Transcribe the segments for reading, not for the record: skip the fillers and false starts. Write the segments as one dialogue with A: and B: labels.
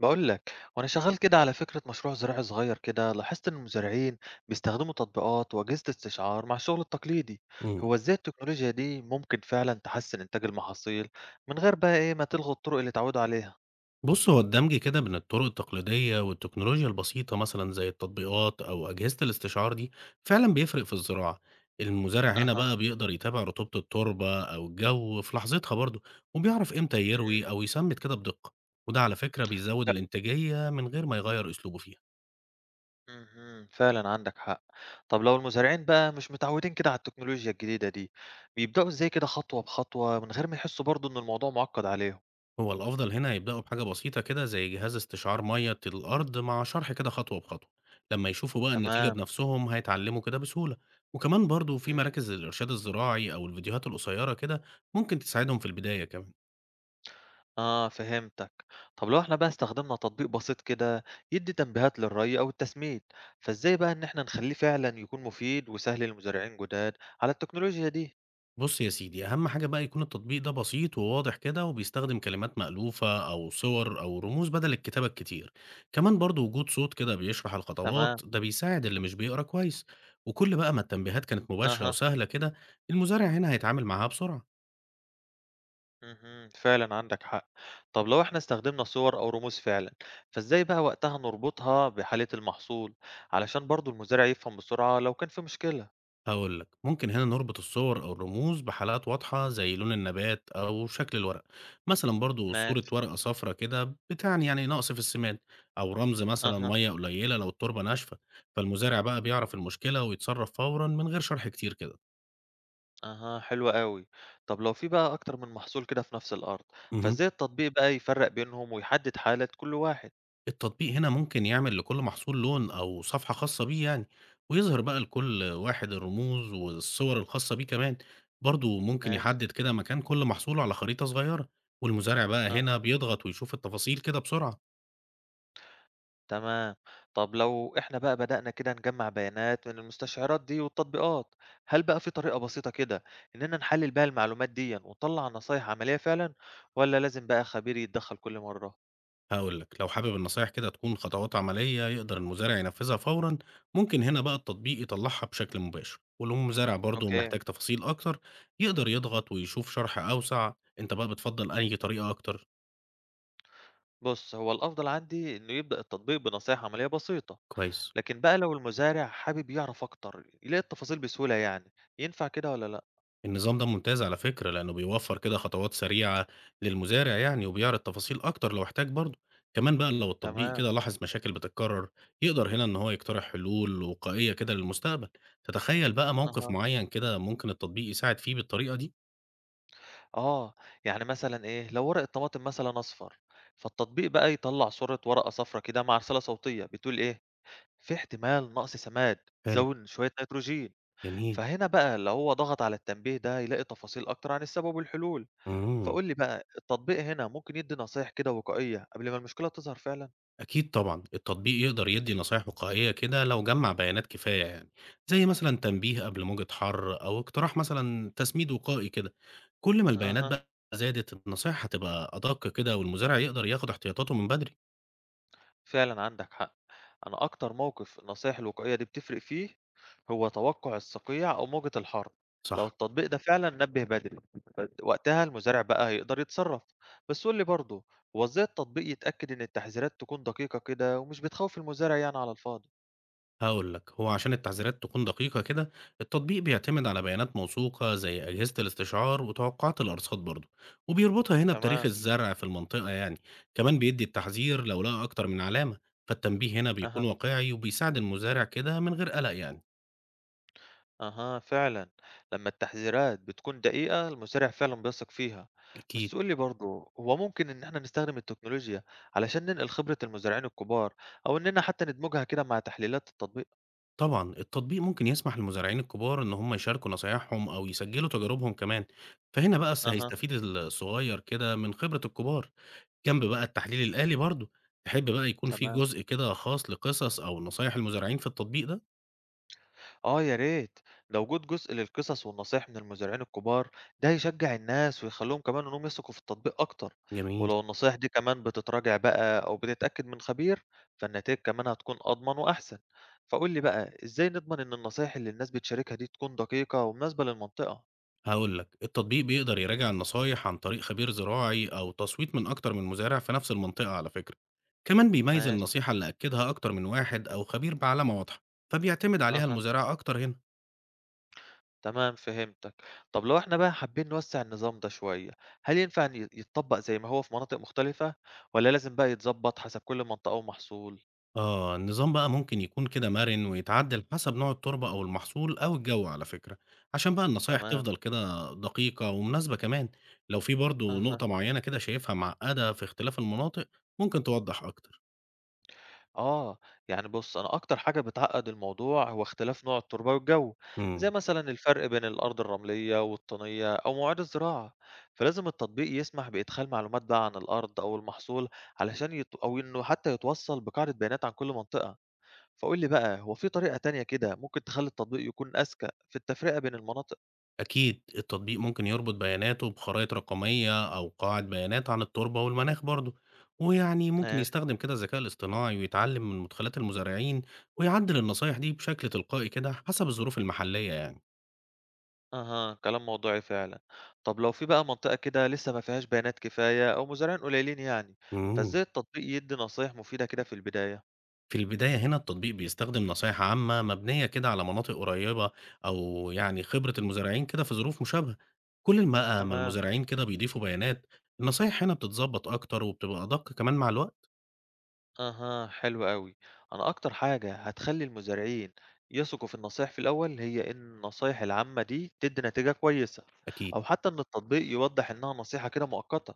A: بقول لك وانا شغال كده على فكرة مشروع زراعي صغير كده، لاحظت ان المزارعين بيستخدموا تطبيقات واجهزة استشعار مع الشغل التقليدي.
B: إمم.
A: هو ازاي التكنولوجيا دي ممكن فعلا تحسن انتاج المحاصيل من غير بقى ايه ما تلغي الطرق اللي اتعودوا عليها؟
B: بُص، هو الدمج كده بين الطرق التقليدية والتكنولوجيا البسيطة مثلًا زي التطبيقات أو أجهزة الاستشعار دي، فعلًا بيفرق في الزراعة. المزارع هنا
A: اها.
B: بقى بيقدر يتابع رطوبة التربة أو الجو في لحظتها برضه، وبيعرف إمتى يروي أو يسمِّد كده بدقة، وده على فكرة بيزوّد
A: ف-
B: الإنتاجية من غير ما يغيّر أسلوبه فيها.
A: مهم. فعلا عندك حق. طب لو المزارعين بقى مش متعودين كده على التكنولوجيا الجديدة دي، بيبدأوا ازاي كده خطوة بخطوة من غير ما يحسوا برضو ان الموضوع معقد عليهم؟
B: هو الأفضل هنا يبدأوا بحاجة بسيطة كده زي جهاز استشعار مية الأرض مع شرح كده خطوة بخطوة. لما يشوفوا بقى النتيجة
A: تمام.
B: بنفسهم هيتعلموا كده بسهولة، وكمان برضو في مراكز الإرشاد الزراعي أو الفيديوهات القصيرة كده ممكن تساعدهم في البداية كمان.
A: آه فهمتك. طب لو احنا بقى استخدمنا تطبيق بسيط كده يدي تنبيهات للري أو التسميد، فازاي بقى إن احنا نخليه فعلا يكون مفيد وسهل للمزارعين جداد على التكنولوجيا دي؟
B: بص يا سيدي، أهم حاجة بقى يكون التطبيق ده بسيط وواضح كده وبيستخدم كلمات مألوفة أو صور أو رموز بدل الكتابة الكتير. كمان برضو وجود صوت كده بيشرح
A: تمام.
B: الخطوات ده بيساعد اللي مش بيقرأ كويس، وكل بقى ما التنبيهات كانت مباشرة
A: أها.
B: وسهلة كده المزارع هنا هيتعامل معاها بسرعة.
A: مهم. فعلا عندك حق. طب لو احنا استخدمنا صور أو رموز فعلا، فازاي بقى وقتها نربطها بحالة المحصول علشان برضو المزارع يفهم بسرعة لو كان في مشكلة؟
B: هقول لك، ممكن هنا نربط الصور أو الرموز بحالات واضحة زي لون النبات أو شكل الورق. مثلا برضو صورة
A: ماشي.
B: ورقة صفرة كده بتعني يعني نقص في السماد، أو رمز مثلا
A: أها.
B: مية قليلة لو التربة ناشفة. فالمزارع بقى بيعرف المشكلة ويتصرف فورا من غير شرح كتير كده.
A: أها حلو أوي. طب لو في بقى أكتر من محصول كده في نفس الأرض،
B: مهم.
A: فإزاي التطبيق بقى يفرق بينهم ويحدد حالة كل واحد؟
B: التطبيق هنا ممكن يعمل لكل محصول لون أو صفحة خاصة بيه يعني، ويظهر بقى لكل واحد الرموز والصور الخاصة بيه كمان. برضو ممكن
A: ماشي،
B: يحدد كده مكان كل محصول على خريطة صغيرة، والمزارع بقى هنا
A: أها.
B: بيضغط ويشوف التفاصيل كده بسرعة.
A: تمام. طب لو إحنا بقى بدأنا كده نجمع بيانات من المستشعرات دي والتطبيقات، هل بقى في طريقة بسيطة كده إننا نحلل بيها المعلومات دي ونطلع نصايح عملية فعلا؟ ولا لازم بقى خبير يتدخل كل مرة؟
B: هقول لك، لو حابب النصايح كده تكون خطوات عملية يقدر المزارع ينفذها فورا، ممكن هنا بقى التطبيق يطلعها بشكل مباشر، ولو المزارع برضو
A: أوكي.
B: محتاج تفاصيل أكتر يقدر يضغط ويشوف شرح أوسع. أنت بقى بتفضل أي طريقة أكتر؟
A: بُص، هو الأفضل عندي إنه يبدأ التطبيق بنصايح عملية بسيطة،
B: كويس.
A: لكن بقى لو المزارع حابب يعرف أكتر يلاقي التفاصيل بسهولة يعني، ينفع كده والّا لأ؟
B: النظام ده ممتاز على فكرة، لأنه بيوفر كده خطوات سريعة للمزارع يعني وبيعرض تفاصيل أكتر لو احتاج برضه. كمان بقى لو التطبيق
A: تمام،
B: كده لاحظ مشاكل بتتكرر يقدر هنا إن هو يقترح حلول وقائية كده للمستقبل. تتخيل بقى موقف
A: أها،
B: معين كده ممكن التطبيق يساعد فيه بالطريقة دي؟
A: آه، يعني مثلًا إيه، لو ورق الطماطم مثلًا أصفر، فالتطبيق بقى يطلع صورة ورقة صفرا كده مع رسالة صوتية بتقول في احتمال نقص سماد،
B: حلو.
A: زود شوية نيتروجين،
B: جميل.
A: فهنا بقى لو هو ضغط على التنبيه ده يلاقي تفاصيل أكتر عن السبب والحلول،
B: مم.
A: فقُل لي بقى التطبيق هنا ممكن يدّي نصايح كده وقائية قبل ما المشكلة تظهر فعلًا؟
B: أكيد طبعًا، التطبيق يقدر يدّي نصايح وقائية كده لو جمّع بيانات كفاية يعني، زي مثلًا تنبيه قبل موجة حَر أو اقتراح مثلًا تسميد وقائي كده، كل ما البيانات
A: أها،
B: بقى زادت النصايح هتبقى أدق كده، والمزارع يقدر ياخد احتياطاته من بدري.
A: فعلًا عندك حق. أنا أكتر موقف النصايح الوقائية دي بتفرق فيه، هو توقُّع الصقيع أو موجة الحر. لو
B: صح.
A: التطبيق ده فعلًا نبِّه بدري، ف وقتها المزارع بقى هيقدر يتصرّف. بس قُل لي برضه، هو إزاي التطبيق يتأكد إن التحذيرات تكون دقيقة كده ومش بتخوّف المزارع يعني على الفاضي؟
B: هاقول لك، هو عشان التحذيرات تكون دقيقة كده، التطبيق بيعتمد على بيانات موثوقة زي أجهزة الاستشعار وتوقعات الأرصاد برضه، وبيربطها هنا
A: تمام،
B: بتاريخ الزرع في المنطقة يعني. كمان بيدي التحذير لو لقى أكتر من علامة، فالتنبيه هنا
A: أها.
B: بيكون واقعي وبيساعد المزارع كده من غير قلق يعني.
A: أها فعلا، لما التحذيرات بتكون دقيقة المزارع فعلا بيثق فيها. بس
B: أكيد.
A: قول لي برضه، هو ممكن إن احنا نستخدم التكنولوجيا علشان ننقل خبرة المزارعين الكبار، أو إننا حتى ندمجها كده مع تحليلات التطبيق؟
B: طبعًا، التطبيق ممكن يسمح للمزارعين الكبار إن هم يشاركوا نصايحهم أو يسجلوا تجاربهم كمان، فهنا بقى
A: أها.
B: هيستفيد الصغير كده من خبرة الكبار، جنب بقى التحليل الآلي برضه. تحب بقى يكون في
A: تمام.
B: جزء كده خاص لقصص أو نصايح المزارعين في التطبيق ده؟
A: آه يا ريت، لو وجود جزء للقصص والنصايح من المزارعين الكبار، ده هيشجّع الناس ويخلّيهم كمان إنّهم يثقوا في التطبيق أكتر،
B: جميل.
A: ولو النصايح دي كمان بتتراجع بقى أو بتتأكد من خبير، فالنتايج كمان هتكون أضمن وأحسن، فقُل لي بقى إزاي نضمن إن النصايح اللي الناس بتشاركها دي تكون دقيقة ومناسبة للمنطقة؟
B: هاقول لك، التطبيق بيقدر يراجع النصايح عن طريق خبير زراعي أو تصويت من أكتر من مزارع في نفس المنطقة على فكرة، كمان بيميز
A: ماشي،
B: النصيحة اللي أكدها أكتر من واحد أو خبير بعلامة واضحة، فبيعتمد عليها
A: أها،
B: المزارع أكتر هنا.
A: تمام فهمتك. طب لو إحنا بقى حابين نوسّع النظام ده شوية، هل ينفع إن يتطبّق زي ما هو في مناطق مختلفة، والّا لازم بقى يتضبّط حسب كل منطقة ومحصول؟
B: آه، النظام بقى ممكن يكون كده مرن ويتعدل حسب نوع التربة أو المحصول أو الجو على فكرة، عشان بقى النصايح
A: تمام،
B: تفضل كده دقيقة ومناسبة كمان. لو في برضو
A: أها.
B: نقطة معينة كده شايفها معقدة في اختلاف المناطق ممكن توضح أكتر.
A: آه، يعني بُص، أنا أكتر حاجة بتعقّد الموضوع هو اختلاف نوع التربة والجو، زي
B: مم.
A: مثلًا الفرق بين الأرض الرملية والطينية أو مواعيد الزراعة، فلازم التطبيق يسمح بإدخال معلومات بقى عن الأرض أو المحصول علشان يت أو إنه حتى يتوصّل بقاعدة بيانات عن كل منطقة، فقُل لي بقى هو في طريقة تانية كده ممكن تخلّي التطبيق يكون أذكى في التفرقة بين المناطق؟
B: أكيد التطبيق ممكن يربط بياناته بخرائط رقمية أو قواعد بيانات عن التربة والمناخ برضو، ويعني ممكن
A: ماشي.
B: يستخدم كده الذكاء الاصطناعي ويتعلم من مدخلات المزارعين ويعدل النصايح دي بشكل تلقائي كده حسب الظروف المحلية يعني.
A: أها كلام موضوعي فعلا. طب لو في بقى منطقة كده لسه ما فيهاش بيانات كفاية أو مزارعين قليلين يعني،
B: مم.
A: فإزاي التطبيق يدي نصايح مفيدة كده في البداية؟
B: في البداية هنا التطبيق بيستخدم نصايح عامة مبنية كده على مناطق قريبة، أو يعني خبرة المزارعين كده في ظروف مشابهة. كل ما بقى ما
A: تمام.
B: المزارعين كده بيضيفوا بيانات النصايح هنا بتتظبط أكتر وبتبقى أدق كمان مع الوقت.
A: أها حلو قوي. أنا أكتر حاجة هتخلي المزارعين يثقوا في النصايح في الأول هي إن النصايح العامة دي تدي نتيجة كويسة،
B: أكيد.
A: أو حتى إن التطبيق يوضح إنها نصيحة كده مؤقتة،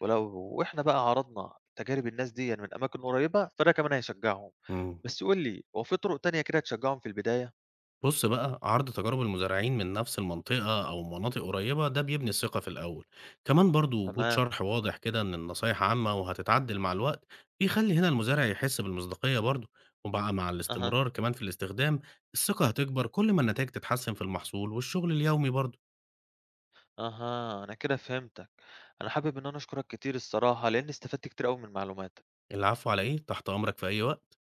A: ولو وإحنا بقى عرضنا تجارب الناس دي من أماكن قريبة فده كمان هيشجعهم.
B: مم.
A: بس قول لي، هو في طرق تانية كده تشجعهم في البداية؟
B: بص بقى، عرض تجارب المزارعين من نفس المنطقة أو مناطق قريبة ده بيبني الثقة في الأول. كمان برضو وجود
A: تمام.
B: شرح واضح كده إن النصايح عامة وهتتعدل مع الوقت بيخلي هنا المزارع يحس بالمصداقية برضو. وبقى مع
A: أها.
B: الاستمرار كمان في الاستخدام الثقة هتكبر كل ما النتائج تتحسن في المحصول والشغل اليومي برضو.
A: أها، أنا كده فهمتك. أنا حابب إن أنا أشكرك كتير الصراحة، لإني استفدت كتير أوي من معلوماتك.
B: العفو، على إيه، تحت أمرك في أي وقت.